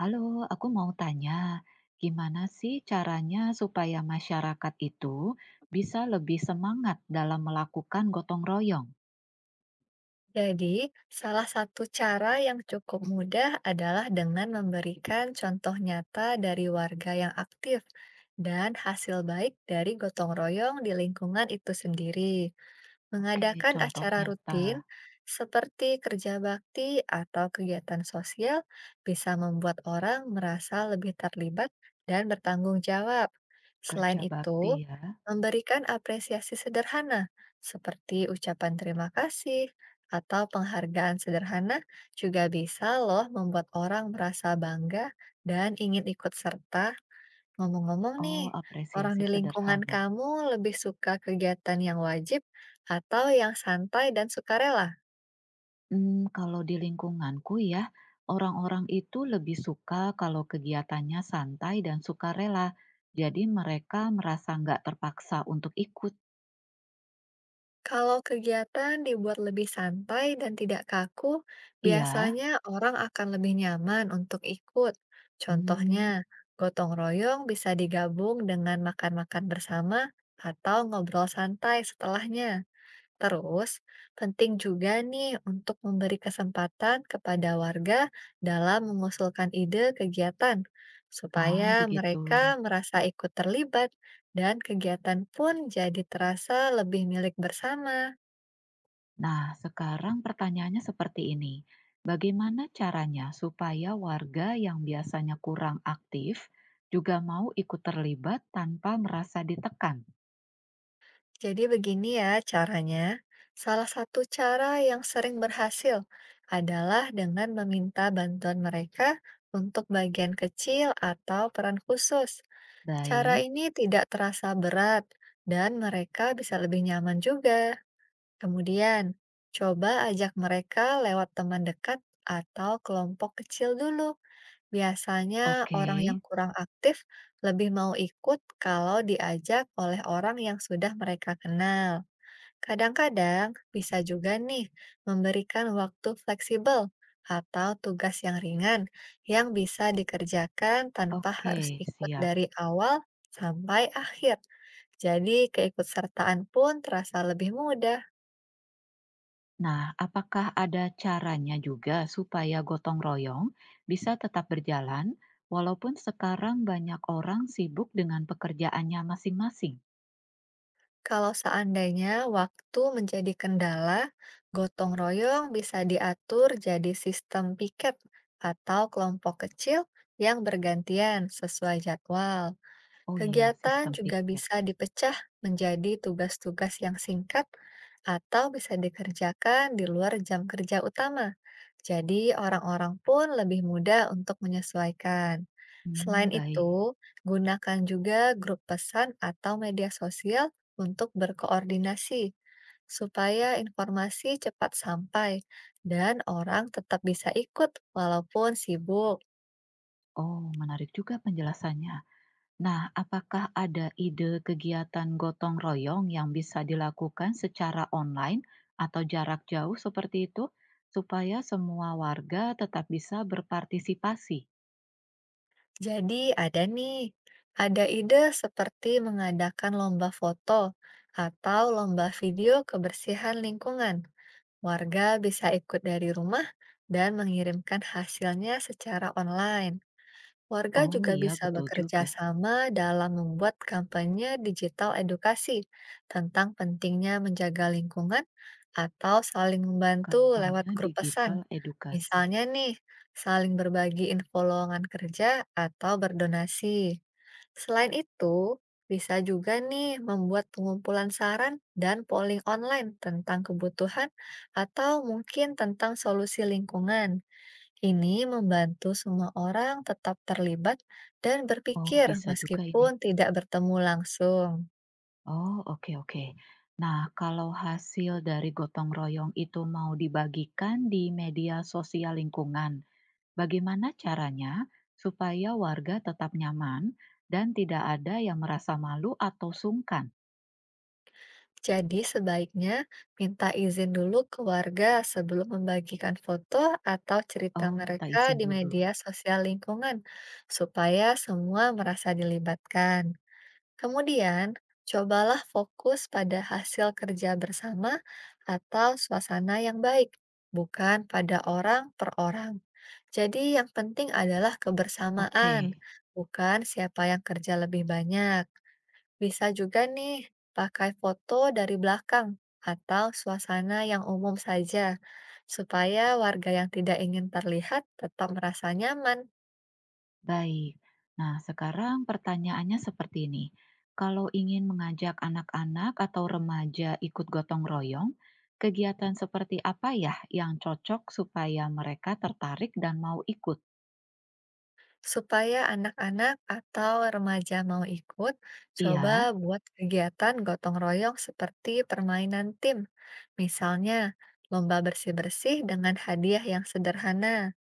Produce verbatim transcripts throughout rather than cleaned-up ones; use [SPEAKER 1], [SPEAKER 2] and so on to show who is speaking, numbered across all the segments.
[SPEAKER 1] Halo, aku mau tanya, gimana sih caranya supaya masyarakat itu bisa lebih semangat dalam melakukan gotong royong?
[SPEAKER 2] Jadi, salah satu cara yang cukup mudah adalah dengan memberikan contoh nyata dari warga yang aktif dan hasil baik dari gotong royong di lingkungan itu sendiri.
[SPEAKER 1] Oke,
[SPEAKER 2] Mengadakan
[SPEAKER 1] contoh
[SPEAKER 2] acara
[SPEAKER 1] nyata,
[SPEAKER 2] rutin seperti kerja bakti atau kegiatan sosial bisa membuat orang merasa lebih terlibat dan bertanggung jawab. Selain
[SPEAKER 1] kerja bakti
[SPEAKER 2] itu,
[SPEAKER 1] ya.
[SPEAKER 2] memberikan apresiasi sederhana seperti ucapan terima kasih atau penghargaan sederhana juga bisa loh membuat orang merasa bangga dan ingin ikut serta. Ngomong-ngomong nih,
[SPEAKER 1] Oh,
[SPEAKER 2] orang
[SPEAKER 1] apresiasi
[SPEAKER 2] di lingkungan
[SPEAKER 1] sederhana.
[SPEAKER 2] kamu lebih suka kegiatan yang wajib atau yang santai dan sukarela?
[SPEAKER 1] Hmm, kalau di lingkunganku ya, orang-orang itu lebih suka kalau kegiatannya santai dan sukarela. Jadi mereka merasa nggak terpaksa untuk ikut.
[SPEAKER 2] Kalau kegiatan dibuat lebih santai dan tidak kaku,
[SPEAKER 1] Iya.
[SPEAKER 2] biasanya orang akan lebih nyaman untuk ikut. Contohnya,
[SPEAKER 1] Hmm,
[SPEAKER 2] gotong royong bisa digabung dengan makan-makan bersama atau ngobrol santai setelahnya. Terus, penting juga nih untuk memberi kesempatan kepada warga dalam mengusulkan ide kegiatan,
[SPEAKER 1] ah
[SPEAKER 2] supaya
[SPEAKER 1] begitu.
[SPEAKER 2] mereka merasa ikut terlibat dan kegiatan pun jadi terasa lebih milik bersama.
[SPEAKER 1] Nah, sekarang pertanyaannya seperti ini. Bagaimana caranya supaya warga yang biasanya kurang aktif juga mau ikut terlibat tanpa merasa ditekan?
[SPEAKER 2] Jadi begini ya caranya. Salah satu cara yang sering berhasil adalah dengan meminta bantuan mereka untuk bagian kecil atau peran khusus. Cara
[SPEAKER 1] Baik,
[SPEAKER 2] ini tidak terasa berat dan mereka bisa lebih nyaman juga. Kemudian, coba ajak mereka lewat teman dekat atau kelompok kecil dulu. Biasanya
[SPEAKER 1] oke,
[SPEAKER 2] orang yang kurang aktif lebih mau ikut kalau diajak oleh orang yang sudah mereka kenal. Kadang-kadang bisa juga nih memberikan waktu fleksibel atau tugas yang ringan yang bisa dikerjakan tanpa
[SPEAKER 1] oke,
[SPEAKER 2] harus ikut
[SPEAKER 1] siap.
[SPEAKER 2] dari awal sampai akhir. Jadi keikutsertaan pun terasa lebih mudah.
[SPEAKER 1] Nah, apakah ada caranya juga supaya gotong royong bisa tetap berjalan walaupun sekarang banyak orang sibuk dengan pekerjaannya masing-masing?
[SPEAKER 2] Kalau seandainya waktu menjadi kendala, gotong royong bisa diatur jadi sistem piket atau kelompok kecil yang bergantian sesuai jadwal.
[SPEAKER 1] Oh iya,
[SPEAKER 2] Kegiatan
[SPEAKER 1] sistem
[SPEAKER 2] juga
[SPEAKER 1] piket.
[SPEAKER 2] bisa dipecah menjadi tugas-tugas yang singkat atau bisa dikerjakan di luar jam kerja utama. Jadi, orang-orang pun lebih mudah untuk menyesuaikan. Selain
[SPEAKER 1] Hmm, baik.
[SPEAKER 2] itu, gunakan juga grup pesan atau media sosial untuk berkoordinasi, supaya informasi cepat sampai dan orang tetap bisa ikut walaupun sibuk.
[SPEAKER 1] Oh, menarik juga penjelasannya. Nah, apakah ada ide kegiatan gotong royong yang bisa dilakukan secara online atau jarak jauh seperti itu, supaya semua warga tetap bisa berpartisipasi?
[SPEAKER 2] Jadi ada nih, ada ide seperti mengadakan lomba foto atau lomba video kebersihan lingkungan. Warga bisa ikut dari rumah dan mengirimkan hasilnya secara online. Warga
[SPEAKER 1] Oh
[SPEAKER 2] juga
[SPEAKER 1] iya,
[SPEAKER 2] bisa
[SPEAKER 1] betul
[SPEAKER 2] bekerja
[SPEAKER 1] juga.
[SPEAKER 2] sama dalam membuat kampanye digital edukasi tentang pentingnya menjaga lingkungan atau saling membantu lewat
[SPEAKER 1] Kampanye
[SPEAKER 2] grup
[SPEAKER 1] digital
[SPEAKER 2] pesan.
[SPEAKER 1] edukasi.
[SPEAKER 2] Misalnya nih, saling berbagi info lowongan kerja atau berdonasi. Selain itu, bisa juga nih membuat pengumpulan saran dan polling online tentang kebutuhan atau mungkin tentang solusi lingkungan. Ini membantu semua orang tetap terlibat dan
[SPEAKER 1] Oh,
[SPEAKER 2] berpikir
[SPEAKER 1] bisa juga ini.
[SPEAKER 2] meskipun tidak bertemu langsung.
[SPEAKER 1] Oh, oke, oke. Nah, kalau hasil dari gotong royong itu mau dibagikan di media sosial lingkungan, bagaimana caranya supaya warga tetap nyaman dan tidak ada yang merasa malu atau sungkan?
[SPEAKER 2] Jadi sebaiknya minta izin dulu ke warga sebelum membagikan foto atau cerita
[SPEAKER 1] Oh, minta
[SPEAKER 2] mereka
[SPEAKER 1] izin
[SPEAKER 2] di
[SPEAKER 1] dulu.
[SPEAKER 2] media sosial lingkungan supaya semua merasa dilibatkan. Kemudian, cobalah fokus pada hasil kerja bersama atau suasana yang baik, bukan pada orang per orang. Jadi, yang penting adalah
[SPEAKER 1] Oke,
[SPEAKER 2] kebersamaan, bukan siapa yang kerja lebih banyak. Bisa juga nih pakai foto dari belakang atau suasana yang umum saja, supaya warga yang tidak ingin terlihat tetap merasa nyaman.
[SPEAKER 1] baik. Nah, sekarang pertanyaannya seperti ini. Kalau ingin mengajak anak-anak atau remaja ikut gotong royong, kegiatan seperti apa ya yang cocok supaya mereka tertarik dan mau ikut?
[SPEAKER 2] Supaya anak-anak atau remaja mau ikut, coba
[SPEAKER 1] Iya,
[SPEAKER 2] buat kegiatan gotong royong seperti permainan tim. Misalnya, lomba bersih-bersih dengan hadiah yang sederhana.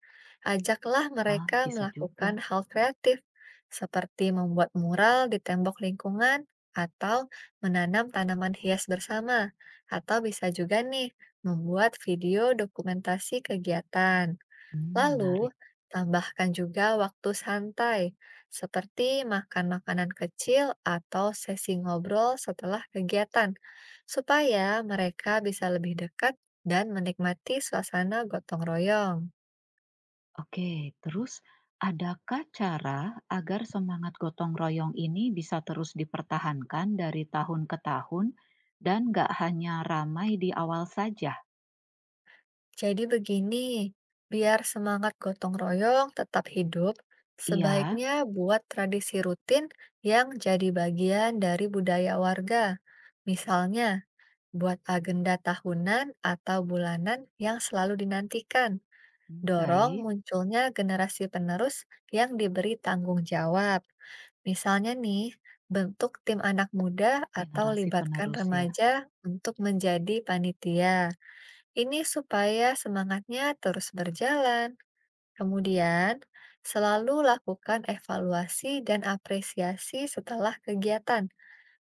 [SPEAKER 2] Ajaklah
[SPEAKER 1] ah,
[SPEAKER 2] mereka
[SPEAKER 1] bisa juga.
[SPEAKER 2] melakukan hal kreatif, seperti membuat mural di tembok lingkungan atau menanam tanaman hias bersama. Atau bisa juga nih, membuat video dokumentasi kegiatan.
[SPEAKER 1] Hmm,
[SPEAKER 2] Lalu,
[SPEAKER 1] menarik.
[SPEAKER 2] tambahkan juga waktu santai, seperti makan makanan kecil atau sesi ngobrol setelah kegiatan, supaya mereka bisa lebih dekat dan menikmati suasana gotong royong.
[SPEAKER 1] Oke, terus adakah cara agar semangat gotong royong ini bisa terus dipertahankan dari tahun ke tahun dan nggak hanya ramai di awal saja?
[SPEAKER 2] Jadi begini, biar semangat gotong royong tetap hidup,
[SPEAKER 1] Iya,
[SPEAKER 2] sebaiknya buat tradisi rutin yang jadi bagian dari budaya warga. Misalnya, buat agenda tahunan atau bulanan yang selalu dinantikan.
[SPEAKER 1] hmm,
[SPEAKER 2] Dorong
[SPEAKER 1] baik.
[SPEAKER 2] munculnya generasi penerus yang diberi tanggung jawab. Misalnya nih, bentuk tim anak muda atau
[SPEAKER 1] Generasi
[SPEAKER 2] libatkan
[SPEAKER 1] penerus ya.
[SPEAKER 2] remaja untuk menjadi panitia. Ini supaya semangatnya terus berjalan. Kemudian, selalu lakukan evaluasi dan apresiasi setelah kegiatan,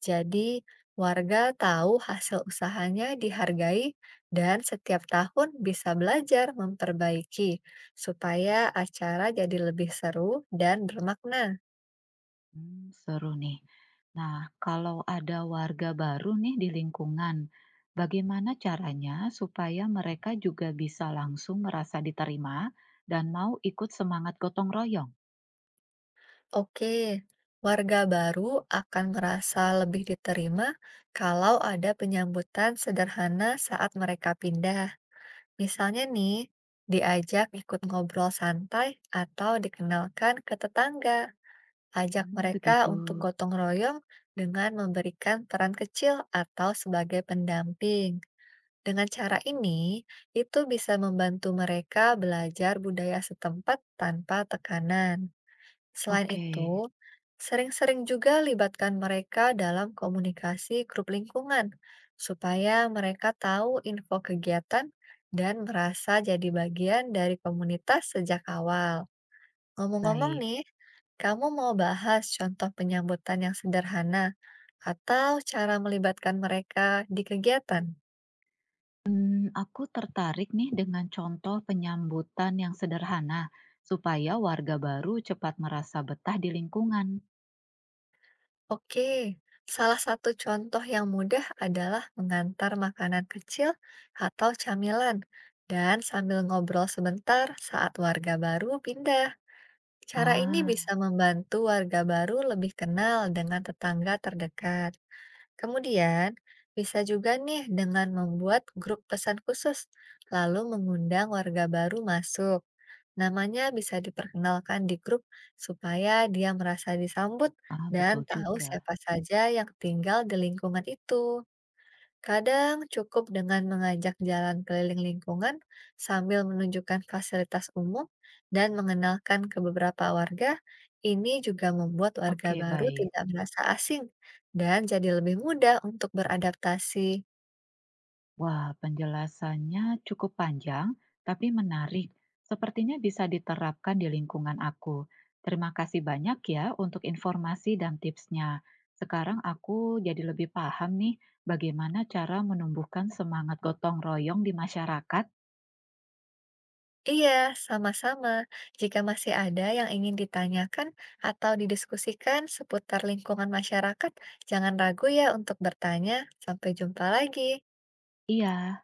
[SPEAKER 2] jadi warga tahu hasil usahanya dihargai dan setiap tahun bisa belajar memperbaiki supaya acara jadi lebih seru dan bermakna.
[SPEAKER 1] Hmm, seru nih. Nah, kalau ada warga baru nih di lingkungan, bagaimana caranya supaya mereka juga bisa langsung merasa diterima dan mau ikut semangat gotong royong?
[SPEAKER 2] Oke, warga baru akan merasa lebih diterima kalau ada penyambutan sederhana saat mereka pindah. Misalnya nih, diajak ikut ngobrol santai atau dikenalkan ke tetangga. Ajak
[SPEAKER 1] Hmm,
[SPEAKER 2] mereka
[SPEAKER 1] begitu.
[SPEAKER 2] untuk gotong royong dengan memberikan peran kecil atau sebagai pendamping. Dengan cara ini, itu bisa membantu mereka belajar budaya setempat tanpa tekanan. Selain
[SPEAKER 1] Oke.
[SPEAKER 2] itu, sering-sering juga libatkan mereka dalam komunikasi grup lingkungan, supaya mereka tahu info kegiatan dan merasa jadi bagian dari komunitas sejak awal. Ngomong-ngomong
[SPEAKER 1] Baik.
[SPEAKER 2] nih, kamu mau bahas contoh penyambutan yang sederhana atau cara melibatkan mereka di kegiatan?
[SPEAKER 1] Mmm, aku tertarik nih dengan contoh penyambutan yang sederhana supaya warga baru cepat merasa betah di lingkungan.
[SPEAKER 2] Oke, salah satu contoh yang mudah adalah mengantar makanan kecil atau camilan dan sambil ngobrol sebentar saat warga baru pindah. Cara ini bisa
[SPEAKER 1] Ah,
[SPEAKER 2] membantu warga baru lebih kenal dengan tetangga terdekat. Kemudian, bisa juga nih dengan membuat grup pesan khusus, lalu mengundang warga baru masuk. Namanya bisa diperkenalkan di grup supaya dia merasa disambut
[SPEAKER 1] ah,
[SPEAKER 2] dan
[SPEAKER 1] betul
[SPEAKER 2] tahu
[SPEAKER 1] juga.
[SPEAKER 2] siapa saja yang tinggal di lingkungan itu. Kadang cukup dengan mengajak jalan keliling lingkungan sambil menunjukkan fasilitas umum dan mengenalkan ke beberapa warga, ini juga membuat warga
[SPEAKER 1] Oke,
[SPEAKER 2] baru
[SPEAKER 1] baik.
[SPEAKER 2] tidak merasa asing dan jadi lebih mudah untuk beradaptasi.
[SPEAKER 1] Wah, penjelasannya cukup panjang tapi menarik. Sepertinya bisa diterapkan di lingkungan aku. Terima kasih banyak ya untuk informasi dan tipsnya. Sekarang aku jadi lebih paham nih bagaimana cara menumbuhkan semangat gotong royong di masyarakat.
[SPEAKER 2] Iya, sama-sama. Jika masih ada yang ingin ditanyakan atau didiskusikan seputar lingkungan masyarakat, jangan ragu ya untuk bertanya. Sampai jumpa lagi.
[SPEAKER 1] Iya,